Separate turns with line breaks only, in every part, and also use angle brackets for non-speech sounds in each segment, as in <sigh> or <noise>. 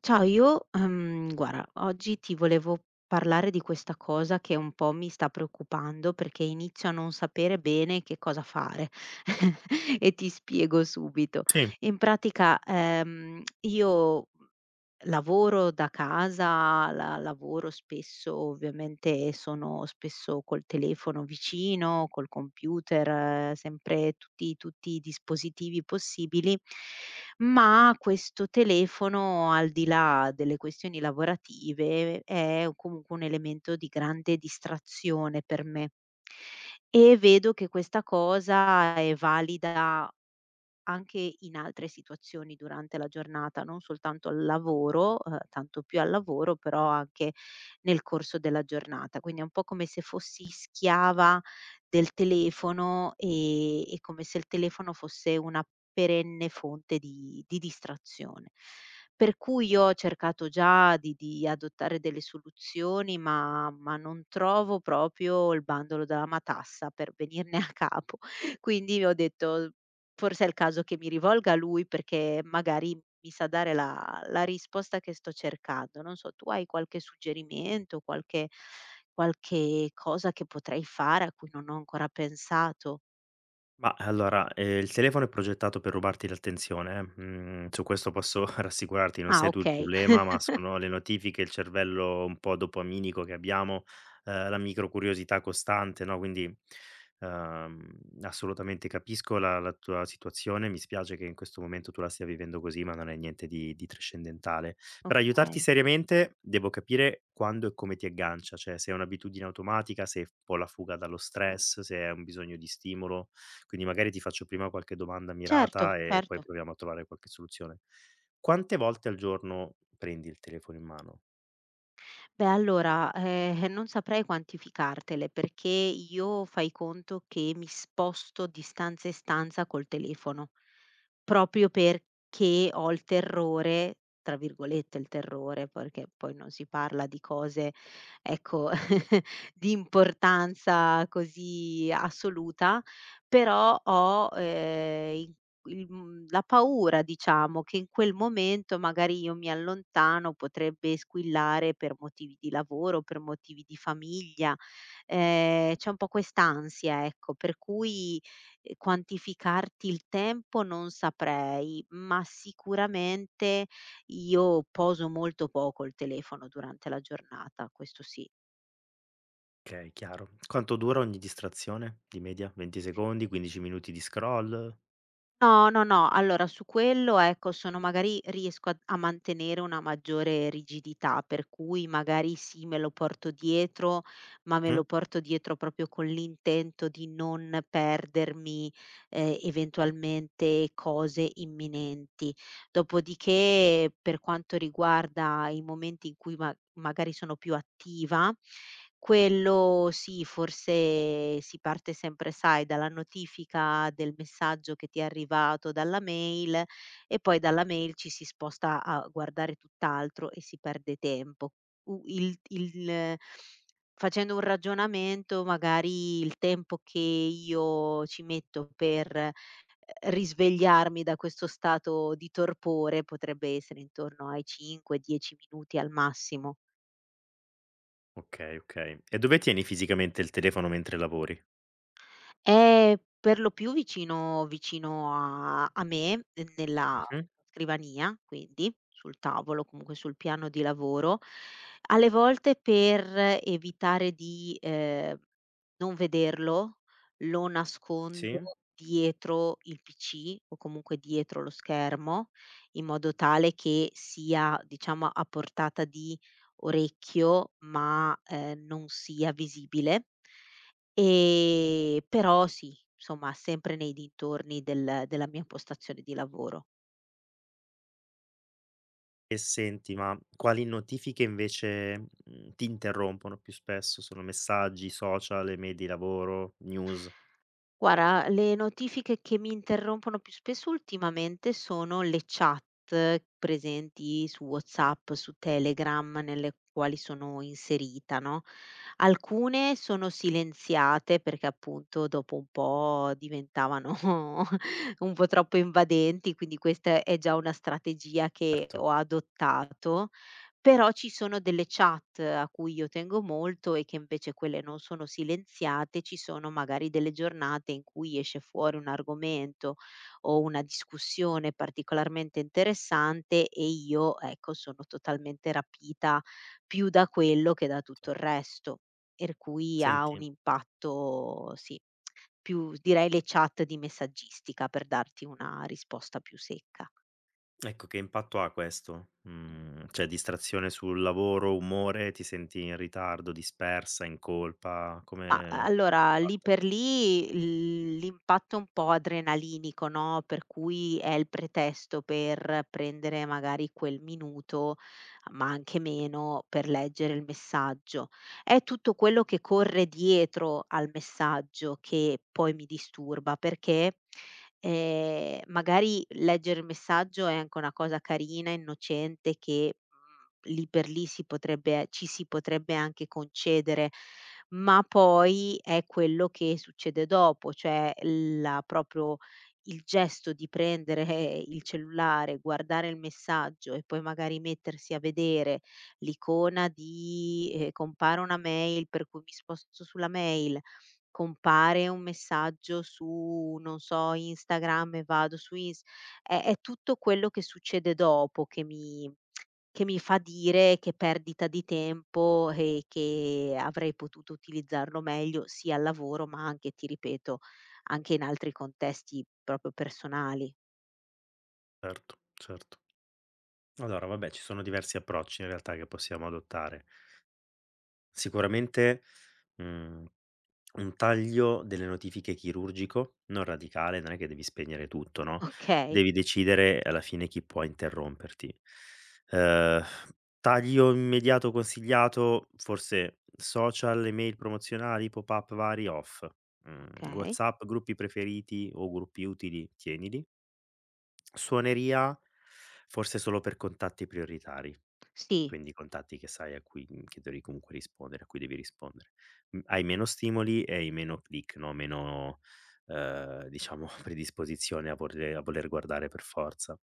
Ciao, io, guarda, oggi ti volevo parlare di questa cosa che un po' mi sta preoccupando perché inizio a non sapere bene che cosa fare <laughs> e ti spiego subito.
Sì.
In pratica, io lavoro da casa, la lavoro spesso, ovviamente sono spesso col telefono vicino, col computer, sempre tutti i dispositivi possibili, ma questo telefono, al di là delle questioni lavorative, è comunque un elemento di grande distrazione per me. E vedo che questa cosa è valida anche in altre situazioni durante la giornata, non soltanto al lavoro, tanto più al lavoro, però anche nel corso della giornata. Quindi è un po' come se fossi schiava del telefono, e come se il telefono fosse una perenne fonte di distrazione. Per cui io ho cercato già di adottare delle soluzioni, ma non trovo proprio il bandolo della matassa per venirne a capo. <laughs> Quindi ho detto: forse è il caso che mi rivolga a lui, perché magari mi sa dare la risposta che sto cercando. Non so, tu hai qualche suggerimento, qualche cosa che potrei fare a cui non ho ancora pensato?
Ma allora, il telefono è progettato per rubarti l'attenzione, mhmm, su questo posso <laughs> rassicurarti, non
Ah,
sei tu il
okay.
problema, ma
<laughs>
sono le notifiche, il cervello un po' dopaminico che abbiamo, la microcuriosità costante, no, quindi, assolutamente capisco la tua situazione, mi spiace che in questo momento tu la stia vivendo così, ma non è niente di trascendentale. Per aiutarti
Okay.
seriamente devo capire quando e come ti aggancia, cioè se è un'abitudine automatica, se è un po' la fuga dallo stress, se è un bisogno di stimolo. Quindi magari ti faccio prima qualche domanda
Certo,
mirata e
certo.
poi proviamo a trovare qualche soluzione. Quante volte al giorno prendi il telefono in mano?
Beh, allora, non saprei quantificartele, perché io, fai conto, che mi sposto di stanza in stanza col telefono, proprio perché ho il terrore, tra virgolette il terrore, perché poi non si parla di cose, ecco, <laughs> di importanza così assoluta, però ho, la paura, diciamo, che in quel momento magari io mi allontano, potrebbe squillare per motivi di lavoro, per motivi di famiglia, c'è un po' quest'ansia, ecco, per cui, quantificarti il tempo non saprei, ma sicuramente io poso molto poco il telefono durante la giornata, questo sì.
Okay, chiaro. Quanto dura ogni distrazione di media? 20 secondi, 15 minuti di scroll?
No, no, no, allora su quello, ecco, sono magari riesco a mantenere una maggiore rigidità, per cui magari sì, me lo porto dietro, ma me
Mh?
lo porto dietro proprio con l'intento di non perdermi, eventualmente, cose imminenti. Dopodiché, per quanto riguarda i momenti in cui magari sono più attiva. Quello sì, forse si parte sempre, sai, dalla notifica del messaggio che ti è arrivato dalla mail, e poi dalla mail ci si sposta a guardare tutt'altro e si perde tempo. U il facendo un ragionamento, magari il tempo che io ci metto per, risvegliarmi da questo stato di torpore potrebbe essere intorno ai 5, 10 minuti al massimo.
Okay, okay. E dove tieni fisicamente il telefono mentre lavori?
È per lo più vicino vicino a me, nella
Mh-mh.
scrivania, quindi sul tavolo, comunque sul piano di lavoro. Alle volte, per evitare di, non vederlo, lo nascondo
Sì.
dietro il PC o comunque dietro lo schermo, in modo tale che sia, diciamo, a portata di orecchio, ma, non sia visibile. Però sì, insomma, sempre nei dintorni della mia postazione di lavoro.
E senti, ma quali notifiche invece, mhmm, ti interrompono più spesso? Sono messaggi, social, email di lavoro, news?
Guarda, le notifiche che mi interrompono più spesso ultimamente sono le chat presenti su WhatsApp, su Telegram, nelle quali sono inserita, no, alcune sono silenziate perché appunto dopo un po' diventavano <laughs> un po' troppo invadenti, quindi questa è già una strategia che
Erto.
ho adottato. Però ci sono delle chat a cui io tengo molto e che invece quelle non sono silenziate, ci sono magari delle giornate in cui esce fuori un argomento o una discussione particolarmente interessante e io, ecco, sono totalmente rapita più da quello che da tutto il resto, per cui ha un
Senti,
impatto, sì, più direi le chat di messaggistica, per darti una risposta più secca.
ecco, che impatto ha questo? Mhmm, cioè distrazione sul lavoro, umore, ti senti in ritardo, dispersa, in colpa?
Ma a
Come
allora, lì
fatta?
per lì, l'impatto è un po' adrenalinico, no, per cui è il pretesto per prendere magari quel minuto, ma anche meno, per leggere il messaggio. È tutto quello che corre dietro al messaggio che poi mi disturba, perché, magari leggere il messaggio è anche una cosa carina, innocente, che, lì per lì si potrebbe ci si potrebbe anche concedere, ma poi è quello che succede dopo, cioè la proprio il gesto di prendere <laughs> il cellulare, guardare il messaggio e poi magari mettersi a vedere l'icona di compare una mail, per cui mi sposto sulla mail, compare un messaggio su, non so, Instagram. E vado su Ins è è tutto quello che succede dopo che mi fa dire che perdita di tempo, e che avrei potuto utilizzarlo meglio sia al lavoro, ma anche, ti ripeto, anche in altri contesti proprio personali.
Certo, certo. Allora vabbè, ci sono diversi approcci in realtà che possiamo adottare. Sicuramente, mhmm, un taglio delle notifiche chirurgico, non radicale, non è che devi spegnere tutto, no,
Okay,
devi decidere alla fine chi può interromperti. Ehm, taglio immediato consigliato, forse social, email promozionali, pop-up vari off, mhmm,
okay.
WhatsApp, gruppi preferiti o gruppi utili tienili. Suoneria forse solo per contatti prioritari,
Sì.
quindi contatti che sai a cui mhmm, che devi comunque rispondere, a cui devi rispondere. Mhmm, hai meno stimoli e hai meno click, no, meno, diciamo <laughs> predisposizione a vorre a voler guardare per forza.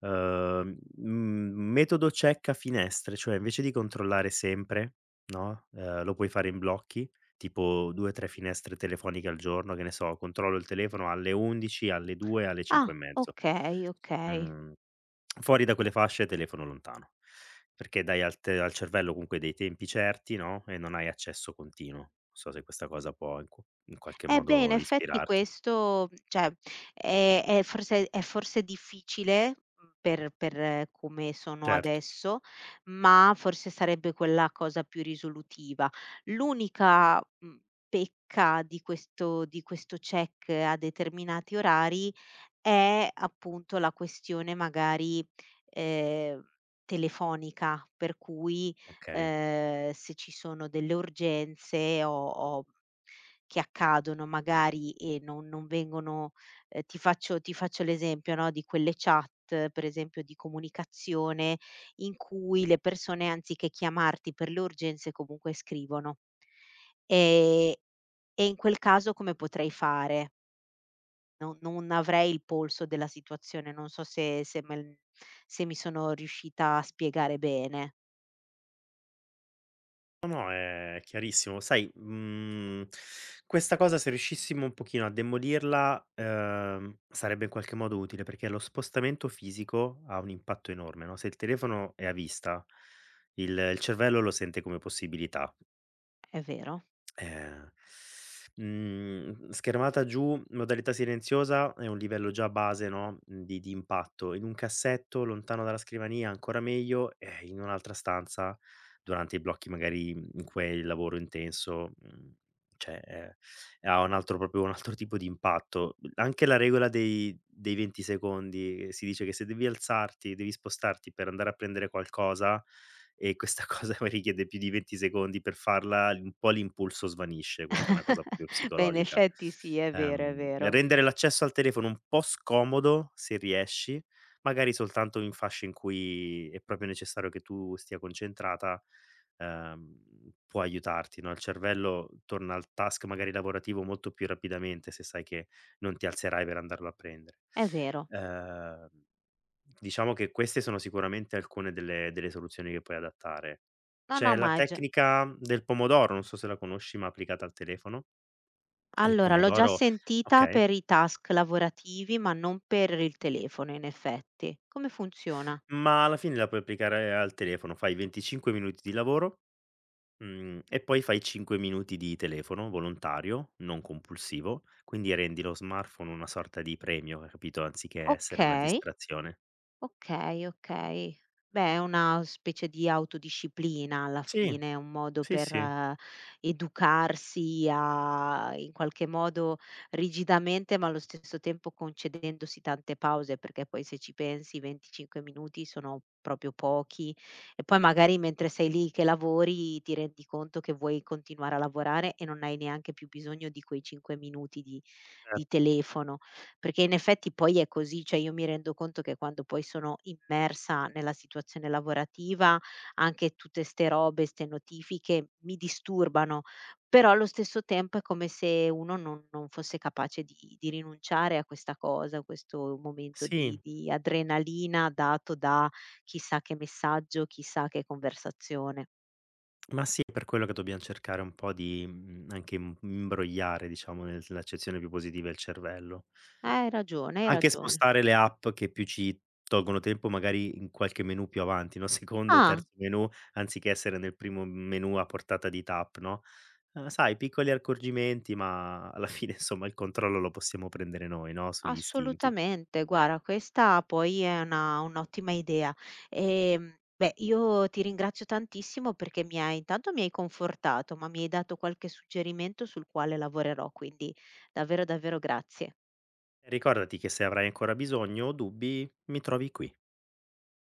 Mhmm, metodo cecca finestre, cioè invece di controllare sempre, no, lo puoi fare in blocchi. Tipo 2, 3 finestre telefoniche al giorno, che ne so, controllo il telefono alle 11, alle 2, alle 5
Ah,
e mezzo.
okay, okay.
Mhmm, fuori da quelle fasce telefono lontano, perché dai al cervello comunque dei tempi certi, no, e non hai accesso continuo. Non so se questa cosa può in qualche
Eh beh, in
modo
effetti
ispirarti.
questo, cioè, è forse, è forse difficile, per come sono
Certo,
adesso, ma forse sarebbe quella cosa più risolutiva. L'unica, pecca di questo check a determinati orari è appunto la questione magari, ehm, telefonica, per cui,
okay.
se ci sono delle urgenze ho ho che accadono magari e non vengono, ti faccio, l'esempio, no, di quelle chat, per esempio di comunicazione, in cui le persone anziché chiamarti per le urgenze comunque scrivono. Ehm, e in quel caso come potrei fare? No, non avrei il polso della situazione, non so se mi sono riuscita a spiegare bene.
No, no, è chiarissimo. Sai, mhmm, questa cosa se riuscissimo un pochino a demolirla, sarebbe in qualche modo utile, perché lo spostamento fisico ha un impatto enorme, no, se il telefono è a vista, il cervello lo sente come possibilità.
È vero?
Eh, mhmm, schermata giù, modalità silenziosa è un livello già base, no, mhmm, di impatto. In un cassetto lontano dalla scrivania ancora meglio, e in un'altra stanza durante i blocchi magari in cui hai il lavoro intenso, mhmm, cioè è ha un altro proprio un altro tipo di impatto. Anche la regola dei 20 secondi, si dice che se devi alzarti, devi spostarti per andare a prendere qualcosa e questa <laughs> cosa richiede più di 20 secondi per farla, un po' l'impulso svanisce, questa è una cosa
<laughs>
proprio
Beh, in
psicologica.
effetti sì, è vero, è vero.
Rendere l'accesso al telefono un po' scomodo, se riesci, magari soltanto in fasce in cui è proprio necessario che tu stia concentrata, può aiutarti, no, il cervello torna al task magari lavorativo molto più rapidamente se sai che non ti alzerai per andarlo a prendere.
È vero.
Ehm, diciamo che queste sono sicuramente alcune delle soluzioni che puoi adattare.
No, no,
C'è
ma
la
hai gio
tecnica del pomodoro, non so se la conosci, ma applicata al telefono. Il
allora, l'ho già
pomodoro,
sentita
okay,
per i task lavorativi, ma non per il telefono, in effetti. Come funziona?
ma alla fine la puoi applicare al telefono, fai 25 minuti di lavoro. Mhmm, e poi fai 5 minuti di telefono volontario, non compulsivo, quindi rendi lo smartphone una sorta di premio, hai capito, anziché essere una
Okay.
distrazione.
Okay, okay. Beh, è una specie di autodisciplina, alla
Sì,
fine, è un modo
sì,
per
sì,
educarsi a, in qualche modo, rigidamente, ma allo stesso tempo concedendosi tante pause, perché poi, se ci pensi, 25 minuti sono proprio pochi, e poi magari, mentre sei lì che lavori, ti rendi conto che vuoi continuare a lavorare e non hai neanche più bisogno di quei 5 minuti
cer
di telefono. Perché in effetti poi è così, cioè io mi rendo conto che quando poi sono immersa nella situazione lavorativa, anche tutte ste robe, ste notifiche mi disturbano, però allo stesso tempo è come se uno non fosse capace di rinunciare a questa cosa, a questo momento di
sì,
di adrenalina dato da chissà che messaggio, chissà che conversazione.
ma sì, è per quello che dobbiam cercare un po' di, mhmm, anche im imbrogliare, diciamo, nel nell'accezione più positiva il cervello.
Hai ragione, hai
Anche
ragione.
spostare le app che più ci tolgono tempo, magari in qualche menu più avanti, no, <laughs> secondo o
Ah.
terzo menu, anziché essere nel primo menu a portata di tap, no, sai piccoli accorgimenti, ma alla <laughs> fine insomma il controllo lo possiamo prendere noi, no, sugli istinti.
Assolutamente, guarda, questa poi è una un'ottima idea. Beh, io ti ringrazio tantissimo perché mi hai intanto mi hai confortato, ma mi hai dato qualche suggerimento sul quale lavorerò, quindi davvero, davvero, grazie.
Ricordati che se avrai ancora bisogno o dubbi, mi trovi qui.